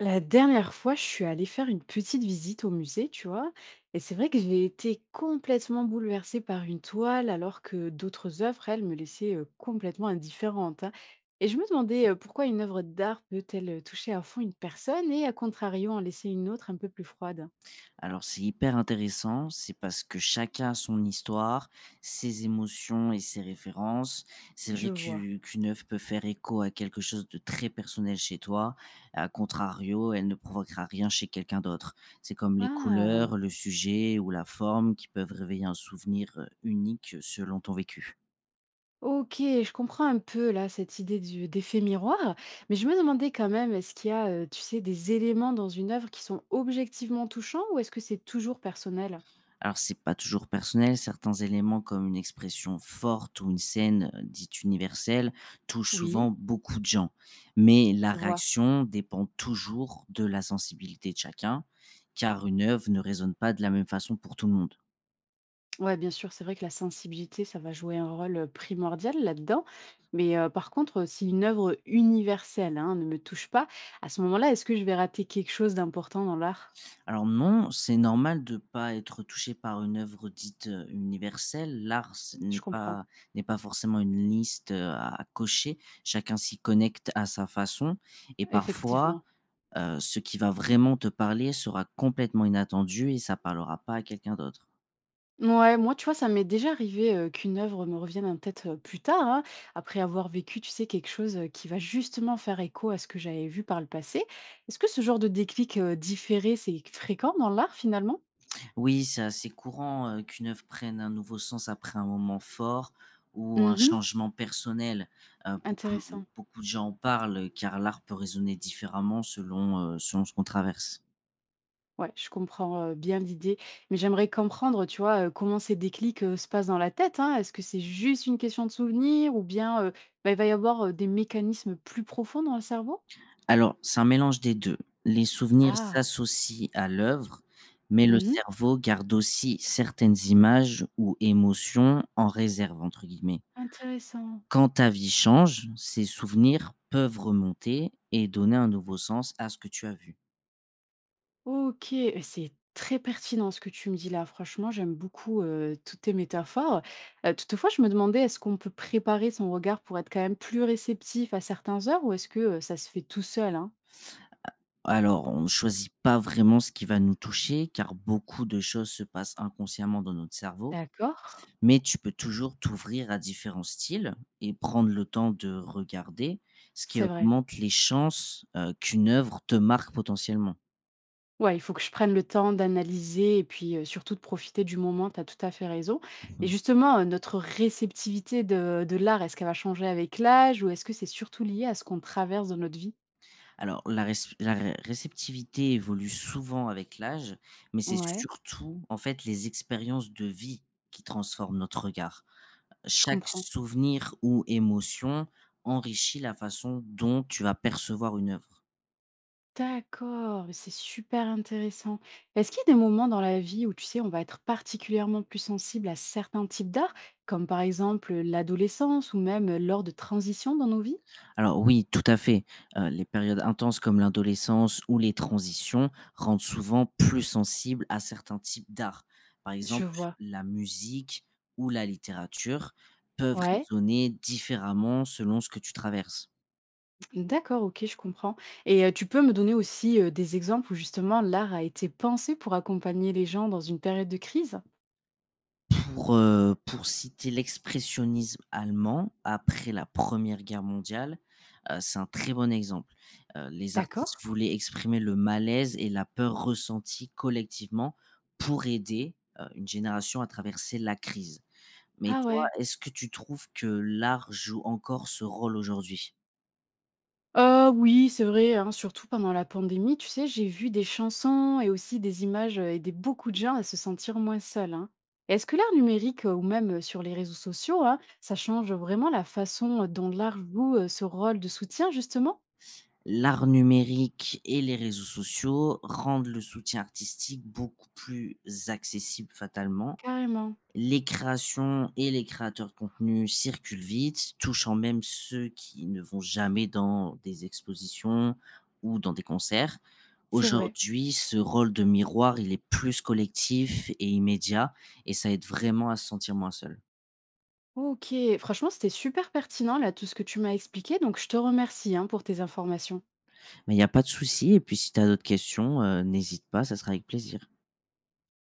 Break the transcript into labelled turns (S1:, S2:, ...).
S1: La dernière fois, je suis allée faire une petite visite au musée, tu vois, et c'est vrai que j'ai été complètement bouleversée par une toile alors que d'autres œuvres, elles, me laissaient complètement indifférente, hein. Et je me demandais pourquoi une œuvre d'art peut-elle toucher à fond une personne et, à contrario, en laisser une autre un peu plus froide.
S2: Alors c'est hyper intéressant, c'est parce que chacun a son histoire, ses émotions et ses références. C'est
S1: Je
S2: vrai
S1: vois.
S2: qu'une œuvre peut faire écho à quelque chose de très personnel chez toi, à contrario, elle ne provoquera rien chez quelqu'un d'autre. C'est comme les couleurs,
S1: Ah,
S2: le sujet ou la forme qui peuvent réveiller un souvenir unique selon ton vécu.
S1: ok, je comprends un peu là cette idée d'effet miroir, mais je me demandais quand même, est-ce qu'il y a, tu sais, des éléments dans une œuvre qui sont objectivement touchants ou est-ce que c'est toujours personnel?
S2: Alors, c'est pas toujours personnel. Certains éléments, comme une expression forte ou une scène dite universelle, touchent souvent
S1: Oui,
S2: beaucoup de gens. Mais la
S1: je vois.
S2: réaction dépend toujours de la sensibilité de chacun, car une œuvre ne résonne pas de la même façon pour tout le monde.
S1: Ouais, bien sûr, c'est vrai que la sensibilité, ça va jouer un rôle primordial là-dedans. Mais par contre, si une œuvre universelle, hein, ne me touche pas, à ce moment-là, est-ce que je vais rater quelque chose d'important dans l'art?
S2: Alors non, c'est normal de ne pas être touché par une œuvre dite universelle. L'art ce n'est
S1: Je comprends,
S2: pas N'est pas forcément une liste à cocher. Chacun s'y connecte à sa façon, et parfois
S1: effectivement.
S2: ce qui va vraiment te parler sera complètement inattendu et ça parlera pas à quelqu'un d'autre.
S1: Ouais, moi, tu vois, ça m'est déjà arrivé qu'une œuvre me revienne en tête plus tard, hein, après avoir vécu, tu sais, quelque chose qui va justement faire écho à ce que j'avais vu par le passé. Est-ce que ce genre de déclic différé, c'est fréquent dans l'art finalement?
S2: Oui, c'est assez courant qu'une œuvre prenne un nouveau sens après un moment fort ou un
S1: Mhm,
S2: changement personnel. Heu, beaucoup
S1: intéressant.
S2: beaucoup de gens en parlent, car l'art peut résonner différemment selon ce qu'on traverse.
S1: Ouais, je comprends, bien l'idée, mais j'aimerais comprendre, tu vois, comment ces déclics se passent dans la tête, hein? Est-ce que c'est juste une question de souvenir ou bien, bah, il va y avoir, des mécanismes plus profonds dans le cerveau?
S2: Alors, c'est un mélange des 2. Les souvenirs
S1: Ah!
S2: s'associent à l'œuvre, mais le
S1: Mmh.
S2: cerveau garde aussi certaines images ou émotions «en réserve» entre guillemets.
S1: Intéressant.
S2: Quand ta vie change, ces souvenirs peuvent remonter et donner un nouveau sens à ce que tu as vu.
S1: OK, et c'est très pertinent ce que tu me dis là. Franchement, j'aime beaucoup, toutes tes métaphores. Toutefois, je me demandais, est-ce qu'on peut préparer son regard pour être quand même plus réceptif à certains heures ou est-ce que, ça se fait tout seul, hein?
S2: Alors, on ne choisit pas vraiment ce qui va nous toucher, car beaucoup de choses se passent inconsciemment dans notre cerveau,
S1: D'accord.
S2: mais tu peux toujours t'ouvrir à différents styles et prendre le temps de regarder, ce qui
S1: C'est vrai.
S2: augmente les chances qu'une œuvre te marque potentiellement.
S1: Ouais, il faut que je prenne le temps d'analyser et puis, surtout de profiter du moment, tu as tout à fait raison. Et
S2: Mmh.
S1: justement, notre réceptivité de l'art, est-ce qu'elle va changer avec l'âge ou est-ce que c'est surtout lié à ce qu'on traverse dans notre vie?
S2: Alors, la res la ré réceptivité évolue souvent avec l'âge, mais c'est
S1: Ouais,
S2: surtout, en fait, les expériences de vie qui transforment notre regard.
S1: je
S2: Chaque
S1: comprends.
S2: souvenir ou émotion enrichit la façon dont tu vas percevoir une œuvre.
S1: D'accord, mais c'est super intéressant. Est-ce qu'il y a des moments dans la vie où, tu sais, on va être particulièrement plus sensible à certains types d'art, comme par exemple, l'adolescence ou même, lors de transitions dans nos vies?
S2: Alors oui, tout à fait, les périodes intenses comme l'adolescence ou les transitions rendent souvent plus sensibles à certains types d'art. Par
S1: Je
S2: exemple,
S1: vois.
S2: la musique ou la littérature peuvent
S1: Ouais.
S2: résonner différemment selon ce que tu traverses.
S1: D'accord, OK, je comprends. Et tu peux me donner aussi, des exemples où justement l'art a été pensé pour accompagner les gens dans une période de crise?
S2: Pour citer l'expressionnisme allemand après la Première Guerre mondiale, c'est un très bon exemple. Les
S1: D'accord.
S2: artistes voulaient exprimer le malaise et la peur ressentie collectivement pour aider une génération à traverser la crise. Mais
S1: Ah
S2: toi,
S1: ouais.
S2: est-ce que tu trouves que l'art joue encore ce rôle aujourd'hui?
S1: Oui, c'est vrai, hein, surtout pendant la pandémie, tu sais, j'ai vu des chansons et aussi des images, aider beaucoup de gens à se sentir moins seuls, hein. Est-ce que l'art numérique, ou même, sur les réseaux sociaux, hein, ça change vraiment la façon, dont l'art joue, ce rôle de soutien justement?
S2: L'art numérique et les réseaux sociaux rendent le soutien artistique beaucoup plus accessible fatalement,
S1: Carrément,
S2: les créations et les créateurs de contenu circulent vite, touchant même ceux qui ne vont jamais dans des expositions ou dans des concerts.
S1: c'est vrai.
S2: Aujourd'hui, ce rôle de miroir, il est plus collectif et immédiat et ça aide vraiment à se sentir moins seul.
S1: OK, franchement, c'était super pertinent là tout ce que tu m'as expliqué, donc je te remercie, hein, pour tes informations.
S2: Mais il n'y a pas de souci et puis si tu as d'autres questions, n'hésite pas, ça sera avec plaisir.